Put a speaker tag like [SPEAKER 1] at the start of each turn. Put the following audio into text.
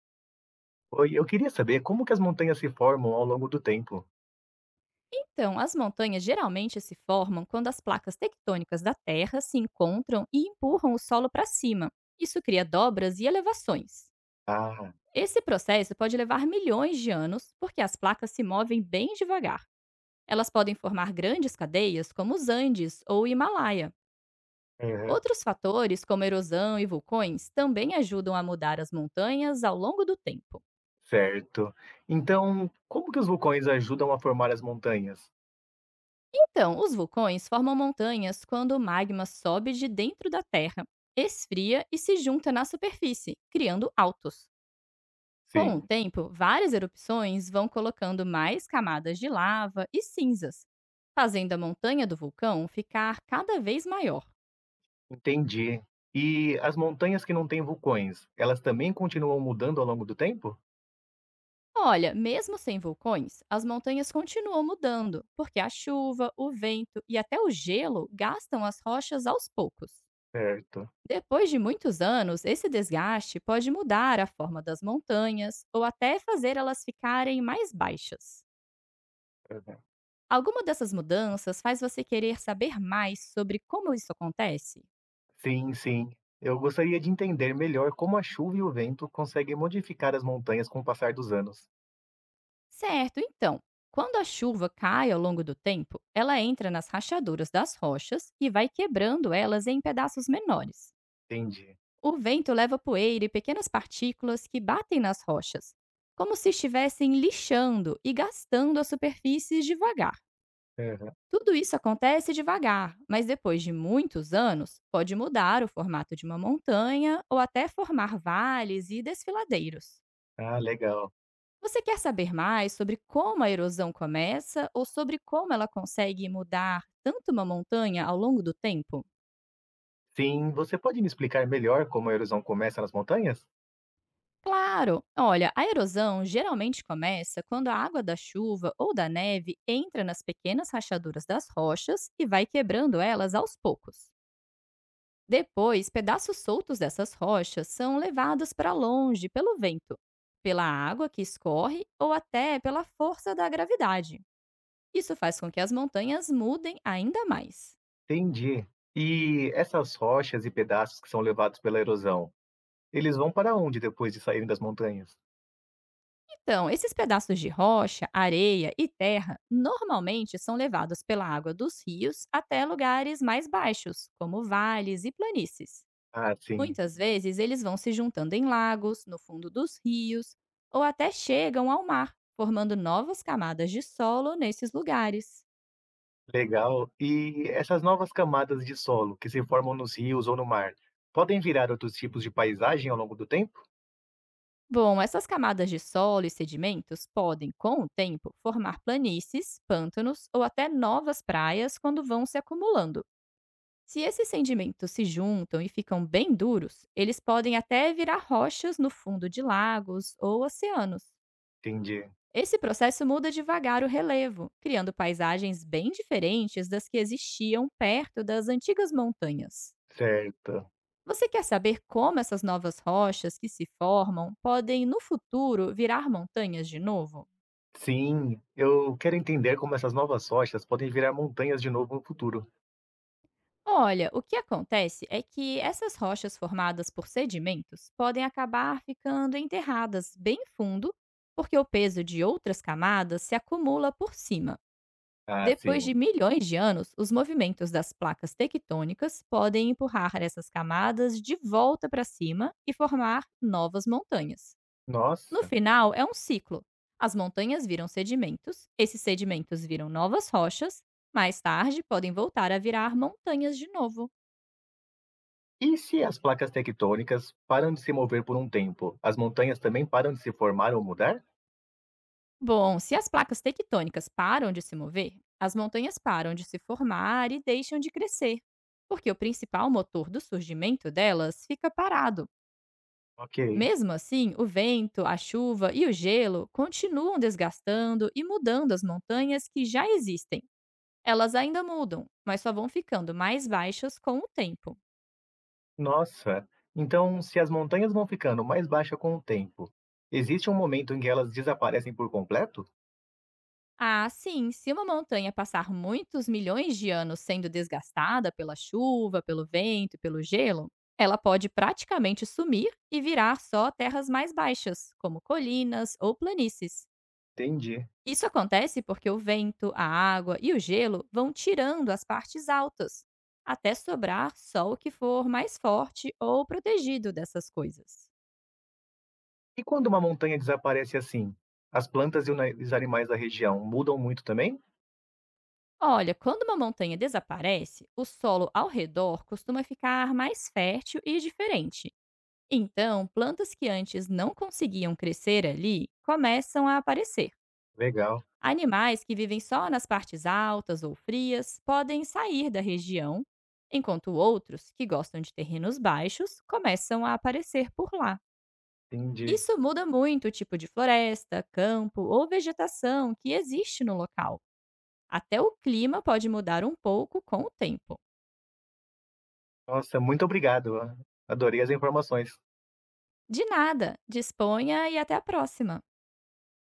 [SPEAKER 1] Oi, eu queria saber como que as montanhas se formam ao longo do tempo.
[SPEAKER 2] Então, as montanhas geralmente se formam quando as placas tectônicas da Terra se encontram e empurram o solo para cima. Isso cria dobras e elevações.
[SPEAKER 1] Ah,
[SPEAKER 2] Esse processo pode levar milhões de anos, porque as placas se movem bem devagar. Elas podem formar grandes cadeias, como os Andes ou o Himalaia.
[SPEAKER 1] aham,
[SPEAKER 2] Outros fatores, como erosão e vulcões, também ajudam a mudar as montanhas ao longo do tempo.
[SPEAKER 1] certo. Então, como que os vulcões ajudam a formar as montanhas?
[SPEAKER 2] Então, os vulcões formam montanhas quando o magma sobe de dentro da Terra, esfria e se junta na superfície, criando altos. Com o
[SPEAKER 1] Sim,
[SPEAKER 2] tempo, várias erupções vão colocando mais camadas de lava e cinzas, fazendo a montanha do vulcão ficar cada vez maior.
[SPEAKER 1] entendi. E as montanhas que não têm vulcões, elas também continuam mudando ao longo do tempo?
[SPEAKER 2] Olha, mesmo sem vulcões, as montanhas continuam mudando, porque a chuva, o vento e até o gelo gastam as rochas aos poucos.
[SPEAKER 1] Certo.
[SPEAKER 2] Depois de muitos anos, esse desgaste pode mudar a forma das montanhas ou até fazer elas ficarem mais baixas.
[SPEAKER 1] Aham.
[SPEAKER 2] Alguma dessas mudanças faz você querer saber mais sobre como isso acontece?
[SPEAKER 1] Sim, sim. Eu gostaria de entender melhor como a chuva e o vento conseguem modificar as montanhas com o passar dos anos.
[SPEAKER 2] Certo, então, quando a chuva cai ao longo do tempo, ela entra nas rachaduras das rochas e vai quebrando elas em pedaços menores.
[SPEAKER 1] Entendi.
[SPEAKER 2] O vento leva poeira e pequenas partículas que batem nas rochas, como se estivessem lixando e gastando as superfícies devagar.
[SPEAKER 1] Aham.
[SPEAKER 2] Tudo isso acontece devagar, mas depois de muitos anos, pode mudar o formato de uma montanha ou até formar vales e desfiladeiros.
[SPEAKER 1] Ah, legal.
[SPEAKER 2] Você quer saber mais sobre como a erosão começa ou sobre como ela consegue mudar tanto uma montanha ao longo do tempo?
[SPEAKER 1] Sim, você pode me explicar melhor como a erosão começa nas montanhas?
[SPEAKER 2] Claro! Olha, a erosão geralmente começa quando a água da chuva ou da neve entra nas pequenas rachaduras das rochas e vai quebrando elas aos poucos. Depois, pedaços soltos dessas rochas são levados para longe pelo vento, pela água que escorre ou até pela força da gravidade. Isso faz com que as montanhas mudem ainda mais.
[SPEAKER 1] Entendi. E essas rochas e pedaços que são levados pela erosão, eles vão para onde depois de saírem das montanhas?
[SPEAKER 2] Então, esses pedaços de rocha, areia e terra normalmente são levados pela água dos rios até lugares mais baixos, como vales e planícies.
[SPEAKER 1] Ah, sim.
[SPEAKER 2] Muitas vezes eles vão se juntando em lagos, no fundo dos rios ou até chegam ao mar, formando novas camadas de solo nesses lugares.
[SPEAKER 1] Legal. E essas novas camadas de solo que se formam nos rios ou no mar, podem virar outros tipos de paisagem ao longo do tempo?
[SPEAKER 2] Bom, essas camadas de solo e sedimentos podem, com o tempo, formar planícies, pântanos ou até novas praias quando vão se acumulando. Se esses sedimentos se juntam e ficam bem duros, eles podem até virar rochas no fundo de lagos ou oceanos.
[SPEAKER 1] Entendi.
[SPEAKER 2] Esse processo muda devagar o relevo, criando paisagens bem diferentes das que existiam perto das antigas montanhas.
[SPEAKER 1] Certo.
[SPEAKER 2] Você quer saber como essas novas rochas que se formam podem, no futuro, virar montanhas de novo?
[SPEAKER 1] Sim, eu quero entender como essas novas rochas podem virar montanhas de novo no futuro.
[SPEAKER 2] Olha, o que acontece é que essas rochas formadas por sedimentos podem acabar ficando enterradas bem fundo, porque o peso de outras camadas se acumula por cima.
[SPEAKER 1] Ah,
[SPEAKER 2] Depois
[SPEAKER 1] sim.
[SPEAKER 2] de milhões de anos, os movimentos das placas tectônicas podem empurrar essas camadas de volta para cima e formar novas montanhas. No
[SPEAKER 1] Nossa.
[SPEAKER 2] final, é um ciclo. As montanhas viram sedimentos, esses sedimentos viram novas rochas, mais tarde podem voltar a virar montanhas de novo.
[SPEAKER 1] E se as placas tectônicas param de se mover por um tempo, as montanhas também param de se formar ou mudar?
[SPEAKER 2] Bom, se as placas tectônicas param de se mover, as montanhas param de se formar e deixam de crescer, porque o principal motor do surgimento delas fica parado.
[SPEAKER 1] Ok.
[SPEAKER 2] Mesmo assim, o vento, a chuva e o gelo continuam desgastando e mudando as montanhas que já existem. Elas ainda mudam, mas só vão ficando mais baixas com o tempo.
[SPEAKER 1] Nossa! Então, se as montanhas vão ficando mais baixas com o tempo, existe um momento em que elas desaparecem por completo?
[SPEAKER 2] Ah, sim, se uma montanha passar muitos milhões de anos sendo desgastada pela chuva, pelo vento e pelo gelo, ela pode praticamente sumir e virar só terras mais baixas, como colinas ou planícies.
[SPEAKER 1] Entendi.
[SPEAKER 2] Isso acontece porque o vento, a água e o gelo vão tirando as partes altas, até sobrar só o que for mais forte ou protegido dessas coisas.
[SPEAKER 1] E quando uma montanha desaparece assim, as plantas e os animais da região mudam muito também?
[SPEAKER 2] Olha, quando uma montanha desaparece, o solo ao redor costuma ficar mais fértil e diferente. Então, plantas que antes não conseguiam crescer ali começam a aparecer.
[SPEAKER 1] Legal,
[SPEAKER 2] Animais que vivem só nas partes altas ou frias podem sair da região, enquanto outros, que gostam de terrenos baixos, começam a aparecer por lá.
[SPEAKER 1] entendi.
[SPEAKER 2] Isso muda muito o tipo de floresta, campo ou vegetação que existe no local. Até o clima pode mudar um pouco com o tempo.
[SPEAKER 1] Nossa, muito obrigado. Adorei as informações.
[SPEAKER 2] De nada, disponha e até a próxima!